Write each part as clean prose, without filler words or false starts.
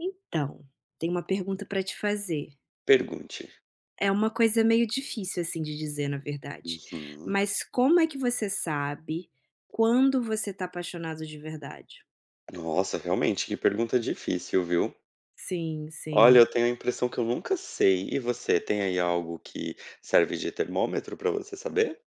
Então, tem uma pergunta para te fazer. Pergunte. É uma coisa meio difícil, assim, de dizer, na verdade. Uhum. Mas como é que você sabe quando você tá apaixonado de verdade? Nossa, realmente, que pergunta difícil, viu. Sim, Olha, eu sim. tenho a impressão que eu nunca sei. E você, tem aí algo que serve de termômetro para você saber?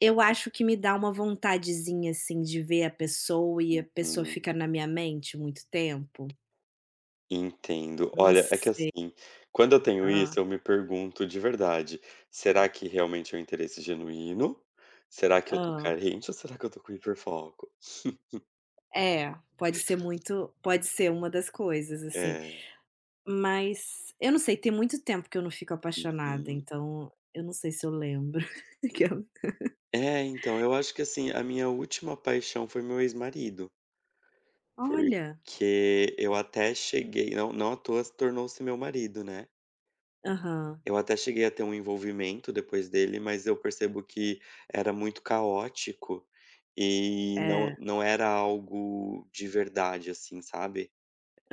Eu acho que me dá uma vontadezinha, assim, de ver a pessoa e a pessoa Uhum. fica na minha mente muito tempo. Entendo. Não Olha, é que sei. assim, quando eu tenho Ah, isso, eu me pergunto de verdade: "Será que realmente é um interesse genuíno? Será que eu tô hã. carente ou será que eu tô com hiperfoco?" É, pode ser uma das coisas, assim. É, Mas eu não sei, tem muito tempo que eu não fico apaixonada, uhum. então eu não sei se eu lembro. Aquela É, então, eu acho que assim, a minha última paixão foi meu ex-marido. olha! Porque eu até cheguei, não à toa se tornou-se meu marido, né. Aham, Eu até cheguei a ter um envolvimento depois dele, mas eu percebo que era muito caótico e é, não era algo de verdade, assim, sabe.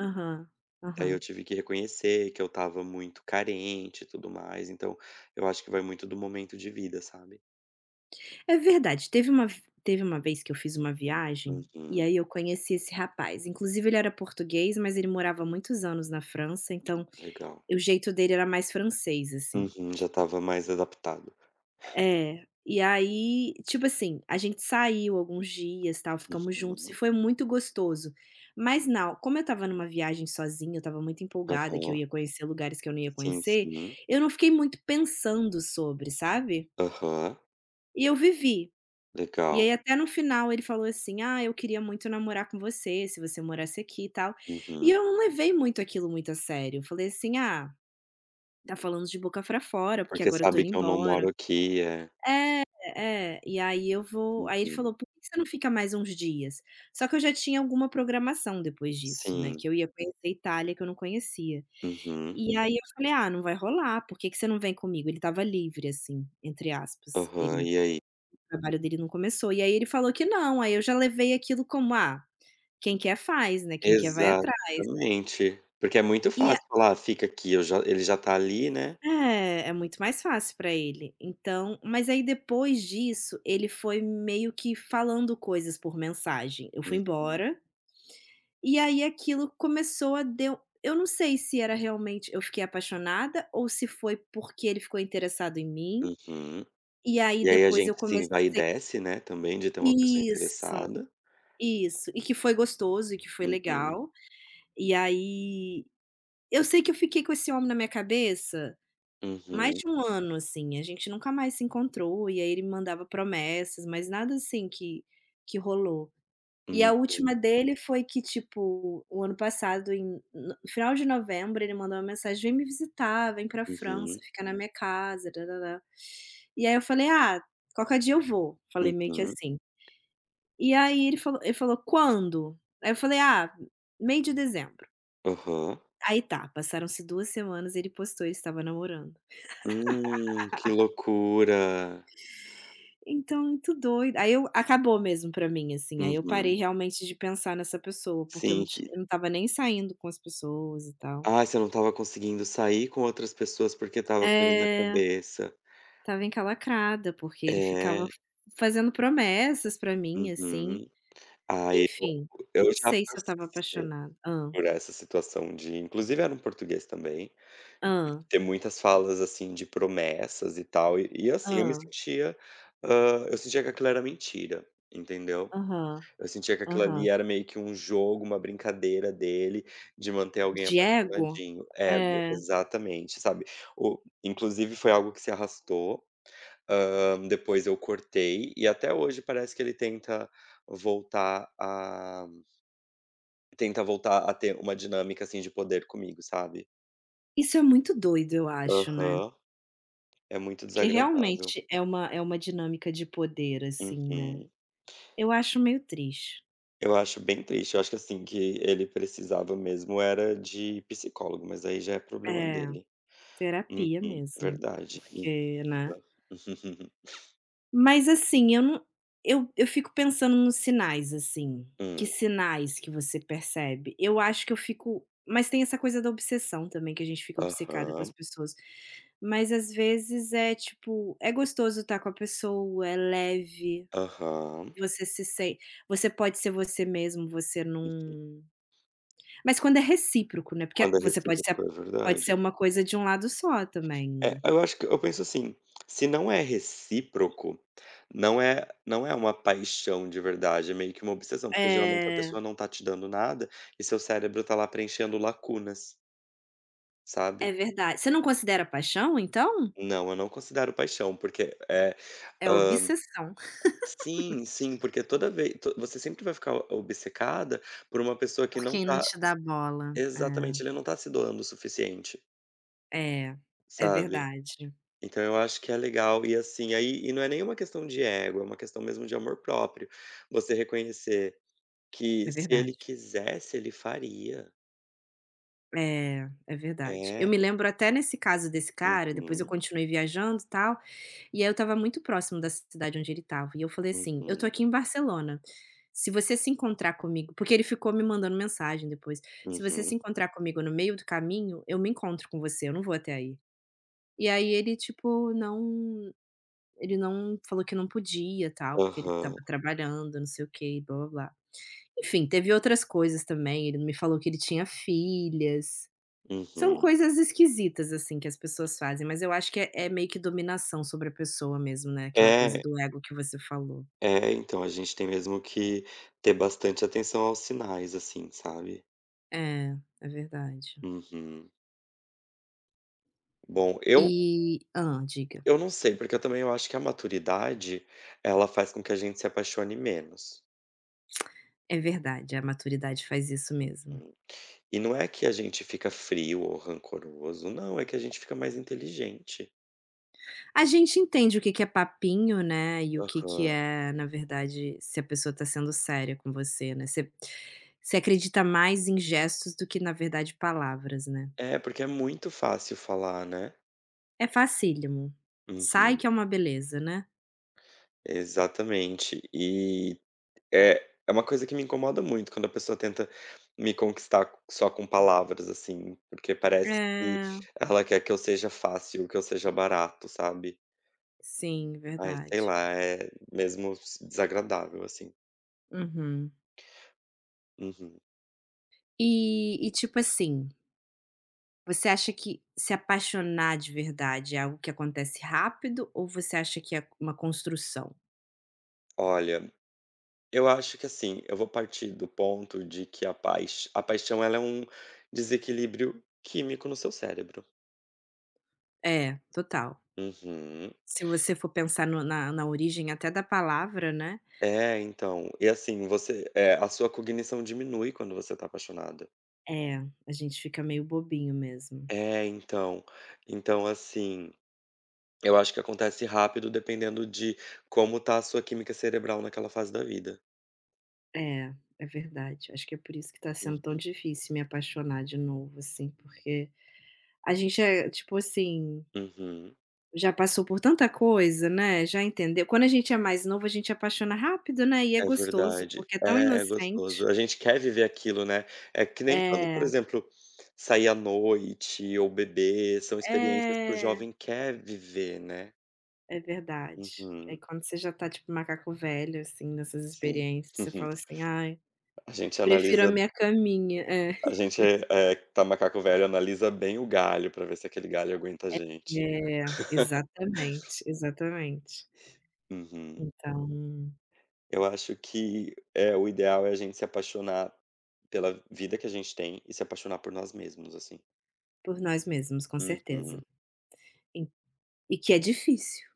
aham, Daí eu aham. tive que reconhecer que eu estava muito carente e tudo mais, então eu acho que vai muito do momento de vida, sabe. É verdade, teve uma vez que eu fiz uma viagem, e Uhum, aí eu conheci esse rapaz, inclusive ele era português, mas ele morava há muitos anos na França, então legal. o jeito dele era mais francês, assim. Uhum, já estava mais adaptado. É, e aí, tipo assim, a gente saiu alguns dias, tal, ficamos juntos e Uhum, foi muito gostoso. Mas não, como eu estava numa viagem sozinha, eu estava muito empolgada que eu aham. ia conhecer lugares que eu não ia Sim, conhecer, sim. eu não fiquei muito pensando sobre, sabe. Aham, E eu vivi. E legal. aí até no final ele falou assim: "Ah, eu queria muito namorar com você, se você morasse aqui e tal". E Uhum. eu não levei muito aquilo muito a sério, eu falei assim: "Ah, tá falando de boca pra fora, porque Porque agora eu tô sabe indo que eu não moro embora". aqui, é. É, é. E aí eu vou aí ele falou: Uhum. "Por que que você não fica mais uns dias?" Só que eu já tinha alguma programação depois disso, né, Sim. que eu ia conhecer a Itália, que eu não conhecia. Uhum. E aí eu falei: "Ah, não vai rolar, por que que você não vem comigo?" Ele estava livre, assim, entre aspas, Aham. ele E aí? o trabalho dele não começou. E aí ele falou que não, aí eu já levei aquilo como: "Ah, quem quer faz, né, quem quer vai atrás". Exatamente. Porque é muito E a fácil falar: "Ah, fica aqui", eu já ele já tá ali, né. É, é muito mais fácil pra ele. Então mas aí depois disso, ele foi meio que falando coisas por mensagem. Eu fui Uhum. embora, e aí aquilo começou a deu eu não sei se era realmente eu fiquei apaixonada ou se foi porque ele ficou interessado em mim, Uhum. e aí E aí a depois eu gente se comece vai desce, né, também de ter uma pessoa isso, interessada. isso. E que foi gostoso e que foi Uhum. legal. E aí eu sei que eu fiquei com esse homem na minha cabeça mais Uhum. de um ano, assim, a gente nunca mais se encontrou, e aí ele me mandava promessas, mas nada assim que rolou. E a Sim. última dele foi que, tipo, o ano passado no final de novembro ele mandou uma mensagem: "Vem me visitar, vem pra França, Uhum. fica na minha casa, tã". E aí eu falei: "Ah, qualquer dia eu vou", falei meio que Uhum. assim. E aí ele falou: "Quando?" Aí eu falei: "Ah, meio de dezembro". Aham. Aí tá, passaram-se 2 semanas, ele postou, ele estava namorando. Que loucura. Então, muito doido. Aí eu acabou mesmo pra mim, assim, aí eu parei Uhum. realmente de pensar nessa pessoa, porque Sim, que eu não estava nem saindo com as pessoas e tal. Ah, você não estava conseguindo sair com outras pessoas, porque estava com ele na É, cabeça. estava encalacrada, porque ele ficava É, fazendo promessas pra mim, assim. uhum. Ah, eu Enfim, eu eu não já sei se eu estava passei apaixonada. Hã, por essa situação, de inclusive era um português também, de hã, ter muitas falas, assim, de promessas e tal, e assim, eu me hã, sentia, eu sentia que aquilo era mentira, entendeu. aham, Eu sentia que aquilo ali aham. era meio que um jogo, uma brincadeira dele, de manter alguém De ego? apaixonadinho. Ego, É. exatamente, sabe. O inclusive foi algo que se arrastou. Depois eu cortei e até hoje parece que ele tenta voltar a ter uma dinâmica, assim, de poder comigo, sabe. Isso é muito doido, eu acho, né. Aham. É muito Porque desagradável. realmente é uma dinâmica de poder, assim, né. Uhum. Eu acho meio triste. Eu acho bem triste, eu acho que, assim, que ele precisava mesmo era de psicólogo, mas aí já é problema É, dele. Uhum. terapia mesmo, Verdade. Uhum. porque, né. Mas assim, eu não eu eu fico pensando nos sinais, assim, que Hum. sinais que você percebe? Eu acho que eu fico mas tem essa coisa da obsessão também, que a gente fica obcecada com Aham. as pessoas, mas às vezes é tipo, é gostoso estar com a pessoa, é leve, Aham. você se sei você pode ser você mesmo, você Uhum. não mas quando é recíproco, né, porque Quando é você pode ser recíproco, é pode ser verdade. uma coisa de um lado só também, né. É, eu acho que eu penso assim, se não é recíproco, não é uma paixão de verdade, é meio que uma obsessão, porque geralmente a É. pessoa não tá te dando nada e seu cérebro tá lá preenchendo lacunas, É sabe. verdade. Você não considera paixão, então? Não, eu não considero paixão, porque, é É hã obsessão sim, sim, porque toda vez você sempre vai ficar obcecada por uma pessoa que por não quem não tá. te dá bola. Exatamente, ele não tá se doando o suficiente, É, é, é sabe. verdade, Então eu acho que é legal, e assim, aí e não é nenhuma questão de ego, é uma questão mesmo de amor próprio. Você reconhecer que é se ele verdade. quisesse, ele faria. É, é verdade. Eu É. me lembro até nesse caso desse cara, depois eu Uhum, continuei viajando, e tal, e aí eu estava muito próximo da cidade onde ele estava, e eu falei assim: "Eu tô uhum, aqui em Barcelona, se você se encontrar comigo", porque ele ficou me mandando mensagem depois, "se você se uhum. encontrar comigo no meio do caminho, eu me encontro com você, eu não vou até aí". E aí ele tipo não Ele não falou que não podia, tal, porque ele estava Aham, trabalhando, não sei o quê, blá-blá-blá. Enfim, teve outras coisas também, ele me falou que ele tinha filhas. São uhum. coisas esquisitas, assim, que as pessoas fazem, mas eu acho que é meio que dominação sobre a pessoa mesmo, né, aquela coisa É, do ego que você falou. Então a gente tem mesmo que ter bastante atenção aos sinais, assim, sabe. É, é verdade. Uhum. Bom, eu E diga. eu não sei, porque eu também eu acho que a maturidade, ela faz com que a gente se apaixone menos. É verdade, a maturidade faz isso mesmo. E não é que a gente fica frio ou rancoroso, não, é que a gente fica mais inteligente. A gente entende o que que é papinho, né, e o que que Aham. é, na verdade, se a pessoa tá sendo séria com você, né. Você acredita mais em gestos do que, na verdade, palavras, né. É, porque é muito fácil falar, né. É facílimo. Sai Uhum. que é uma beleza, né. Exatamente. E é uma coisa que me incomoda muito quando a pessoa tenta me conquistar só com palavras, assim, porque parece que É, ela quer que eu seja fácil, que eu seja barato, sabe. sim, Ai, sei verdade. lá, é mesmo s desagradável, assim. Uhum. Uhum. E tipo assim, você acha que se apaixonar de verdade é algo que acontece rápido ou você acha que é uma construção? Olha, eu acho que assim, eu vou partir do ponto de que a paixão ela é um desequilíbrio químico no seu cérebro. É, total. Uhum. Se você for pensar no na na origem até da palavra, né, É, então, e assim, a sua cognição diminui quando você tá apaixonado. é, a gente fica meio bobinho mesmo. É, então. Então, assim, eu acho que acontece rápido dependendo de como tá a sua química cerebral naquela fase da vida. É, é verdade. Acho que é por isso que tá sendo tão Uhum, difícil me apaixonar de novo, assim, porque a gente é, tipo assim, uhum. já passou por tanta coisa, né, já entendeu. Quando a gente é mais novo, a gente apaixona rápido, né, e é É gostoso, verdade. porque é tão É, é gostoso. inocente. A gente quer viver aquilo, né. É que nem quando, por É, exemplo, sair à noite ou beber, são experiências que o é, jovem quer viver, né. é verdade. Aí Uhum, quando você já tá tipo macaco velho, assim, nessas sim. experiências, você fala assim: "Ai, A gente prefiro a analisa minha caminha". É, a gente, que tá macaco velho, analisa bem o galho pra ver se aquele galho aguenta a gente. é, exatamente, exatamente. Uhum. Então, Eu acho que o ideal é a gente se apaixonar pela vida que a gente tem e se apaixonar por nós mesmos, assim. por nós mesmos, com certeza. Uhum. E e que é difícil,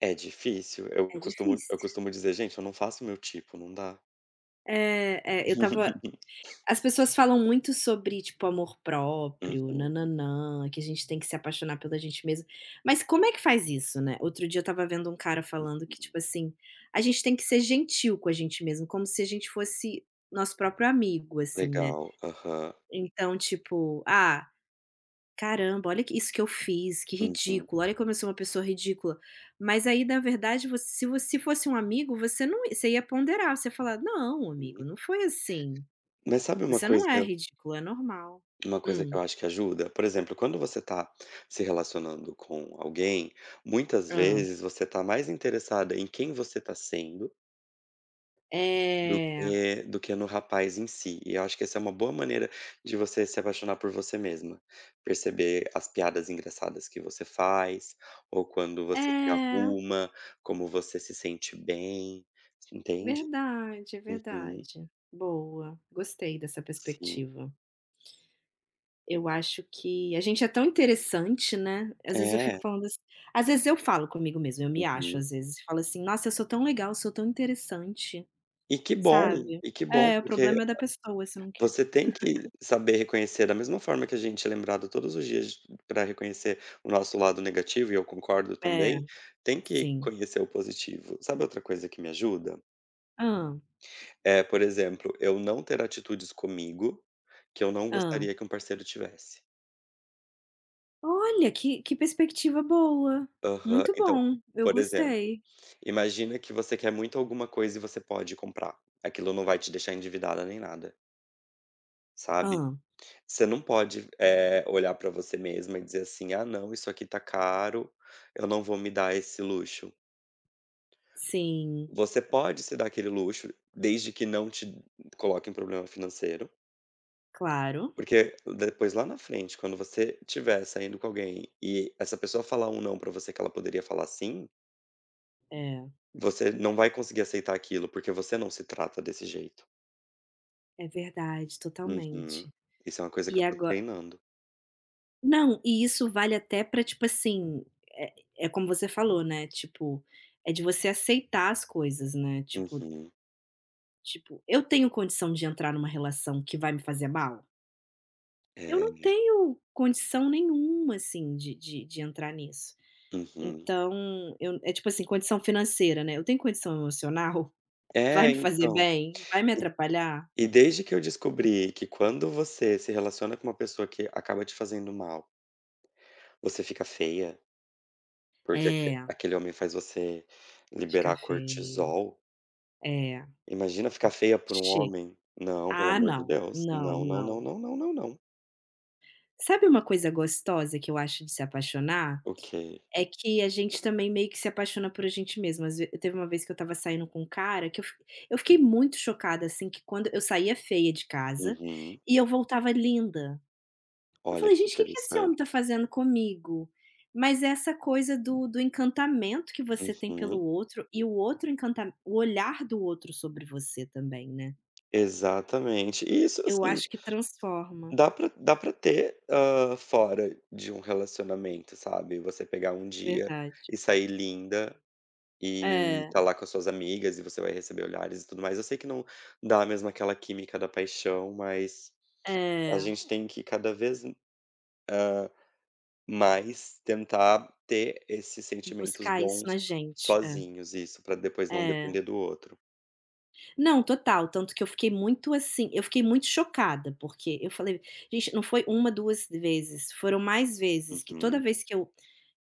É difícil. É Eu difícil. costumo dizer: "Gente, eu não faço o meu tipo, não dá". É, é, eu estava as pessoas falam muito sobre, tipo, amor próprio, Uhum, nananã, que a gente tem que se apaixonar pela gente mesmo, mas como é que faz isso, né? Outro dia eu estava vendo um cara falando que, uhum. tipo assim, a gente tem que ser gentil com a gente mesmo, como se a gente fosse nosso próprio amigo, assim, né. Legal. Aham. Então, tipo: "Ah, caramba, olha que isso que eu fiz, que Uhum, ridículo, olha como eu sou uma pessoa ridícula". Mas aí, na verdade, você se fosse um amigo, você não você ia ponderar, você ia falar: "Não, amigo, uhum. não foi assim. Mas sabe Você não é ridículo, é normal". uma coisa que Hum, eu acho que ajuda? Por exemplo, quando você está se relacionando com alguém, muitas hã. vezes você está mais interessada em quem você está sendo. É, Do que no rapaz em si. E eu acho que essa é uma boa maneira de você se apaixonar por você mesma. Perceber as piadas engraçadas que você faz, ou quando você se é, arruma, como você se sente bem, entende? verdade, é Uhum, verdade. Boa, gostei dessa sim. perspectiva. Eu acho que a gente é tão interessante, né, É, às vezes eu falo comigo mesma, eu me acho uhum. às vezes, falo assim: "Nossa, eu sou tão legal, eu sou tão interessante", sabe. E que bom, É, o porque problema é da pessoa se não quer. você tem que saber reconhecer, da mesma forma que a gente é lembrado todos os dias para reconhecer o nosso lado negativo, e eu concordo É, também, tem que sim. conhecer o positivo. Sabe outra coisa que me ajuda? Ah, É, por exemplo, eu não ter atitudes comigo que eu não ah, gostaria que um parceiro tivesse. olha, que perspectiva boa, Aham. muito Então, bom, eu por exemplo, gostei. imagina que você quer muito alguma coisa e você pode comprar. Aquilo não vai te deixar endividada nem nada, sabe? Ah, Você não pode, olhar pra você mesma e dizer assim: "Ah não, isso aqui tá caro, eu não vou me dar esse luxo". sim, Você pode se dar aquele luxo, desde que não te coloque em problema financeiro, claro. porque depois lá na frente, quando você tiver saindo com alguém e essa pessoa falar um não pra você que ela poderia falar sim, É, você não vai conseguir aceitar aquilo, porque você não se trata desse jeito. é verdade, Uhum. totalmente. Isso é uma coisa que E eu tô agora treinando. Não, e isso vale até pra, tipo assim, é é como você falou, né, tipo, é de você aceitar as coisas, né, tipo Uhum. tipo, eu tenho condição de entrar numa relação que vai me fazer mal? Eu não É. tenho condição nenhuma, assim, de entrar nisso. Uhum. Então, eu é tipo assim, condição financeira, né, eu tenho condição emocional? Vai É, me fazer então. bem? Vai me atrapalhar? E desde que eu descobri que quando você se relaciona com uma pessoa que acaba te fazendo mal, você fica feia, porque É, aquele homem faz você ficar liberar feia. cortisol, É, imagina ficar feia por um che homem. Não, pelo ah, amor de não, Deus. não, Não, não, não, não. não, não, não, não. Sabe uma coisa gostosa que eu acho de se apaixonar? Ok. É que a gente também meio que se apaixona por a gente mesmo. Às ve teve uma vez que eu estava saindo com um cara que eu fiquei Hum, muito chocada, assim, que quando eu saía feia de casa uhum. e eu voltava linda. Eu Olha falei: que "Gente, o que que esse homem está interessante. fazendo comigo?". Mas é essa coisa do encantamento que você tem pelo Uhum. outro e o outro encanta o olhar do outro sobre você também, né. Exatamente. E isso, Eu assim, acho que transforma. Dá pra ter, fora de um relacionamento, sabe, você pegar um dia Verdade. e sair linda e É, tá lá com as suas amigas e você vai receber olhares e tudo mais. Eu sei que não dá mesmo aquela química da paixão, mas a é. gente tem que cada vez mais tentar ter esses sentimentos Buscar isso na bons gente, é, sozinhos, isso, pra depois não é. depender do outro. Não, total, tanto que eu fiquei muito assim, eu fiquei muito chocada, porque eu falei: "Gente, não foi uma 2 vezes, foram mais vezes", que toda Uhum. vez que eu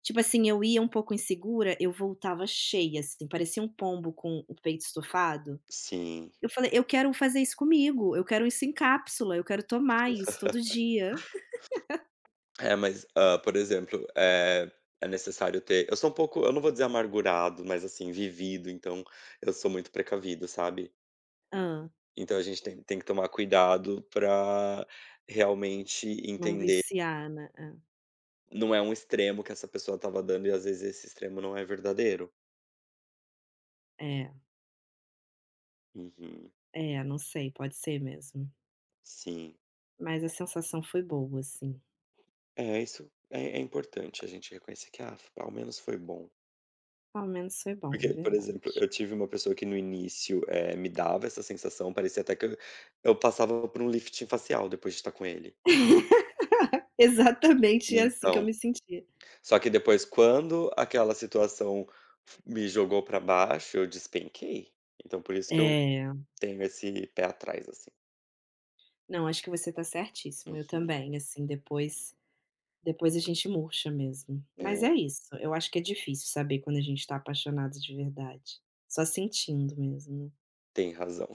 tipo assim, eu ia um pouco insegura, eu voltava cheia, assim, parecia um pombo com o peito estufado. Sim. Eu falei: "Eu quero fazer isso comigo, eu quero isso em cápsula, eu quero tomar isso todo dia". É, mas, por exemplo, é necessário ter, eu sou um pouco, eu não vou dizer amargurado, mas, assim, vivido, então eu sou muito precavido, sabe? Hã, Então a gente tem que tomar cuidado para realmente não entender, viciar, né. não é um extremo que essa pessoa estava dando e às vezes esse extremo não é verdadeiro. É, Uhum, é, é, não sei, pode ser mesmo. sim. Mas a sensação foi boa, assim. É, isso é importante a gente reconhecer que, ah, ao menos foi bom. Ao menos foi bom, é Porque, por verdade. exemplo, eu tive uma pessoa que no início, me dava essa sensação, parecia até que eu passava por um lifting facial depois de estar com ele. Exatamente assim que eu Então, me sentia. só que depois quando aquela situação me jogou pra baixo, eu despenquei. Então por isso que eu É, tenho esse pé atrás, assim. não, acho que você tá certíssimo, eu Uhum. também, assim, depois a gente murcha mesmo. Mas É, é isso, eu acho que é difícil saber quando a gente tá apaixonado de verdade, só sentindo mesmo, né. tem razão.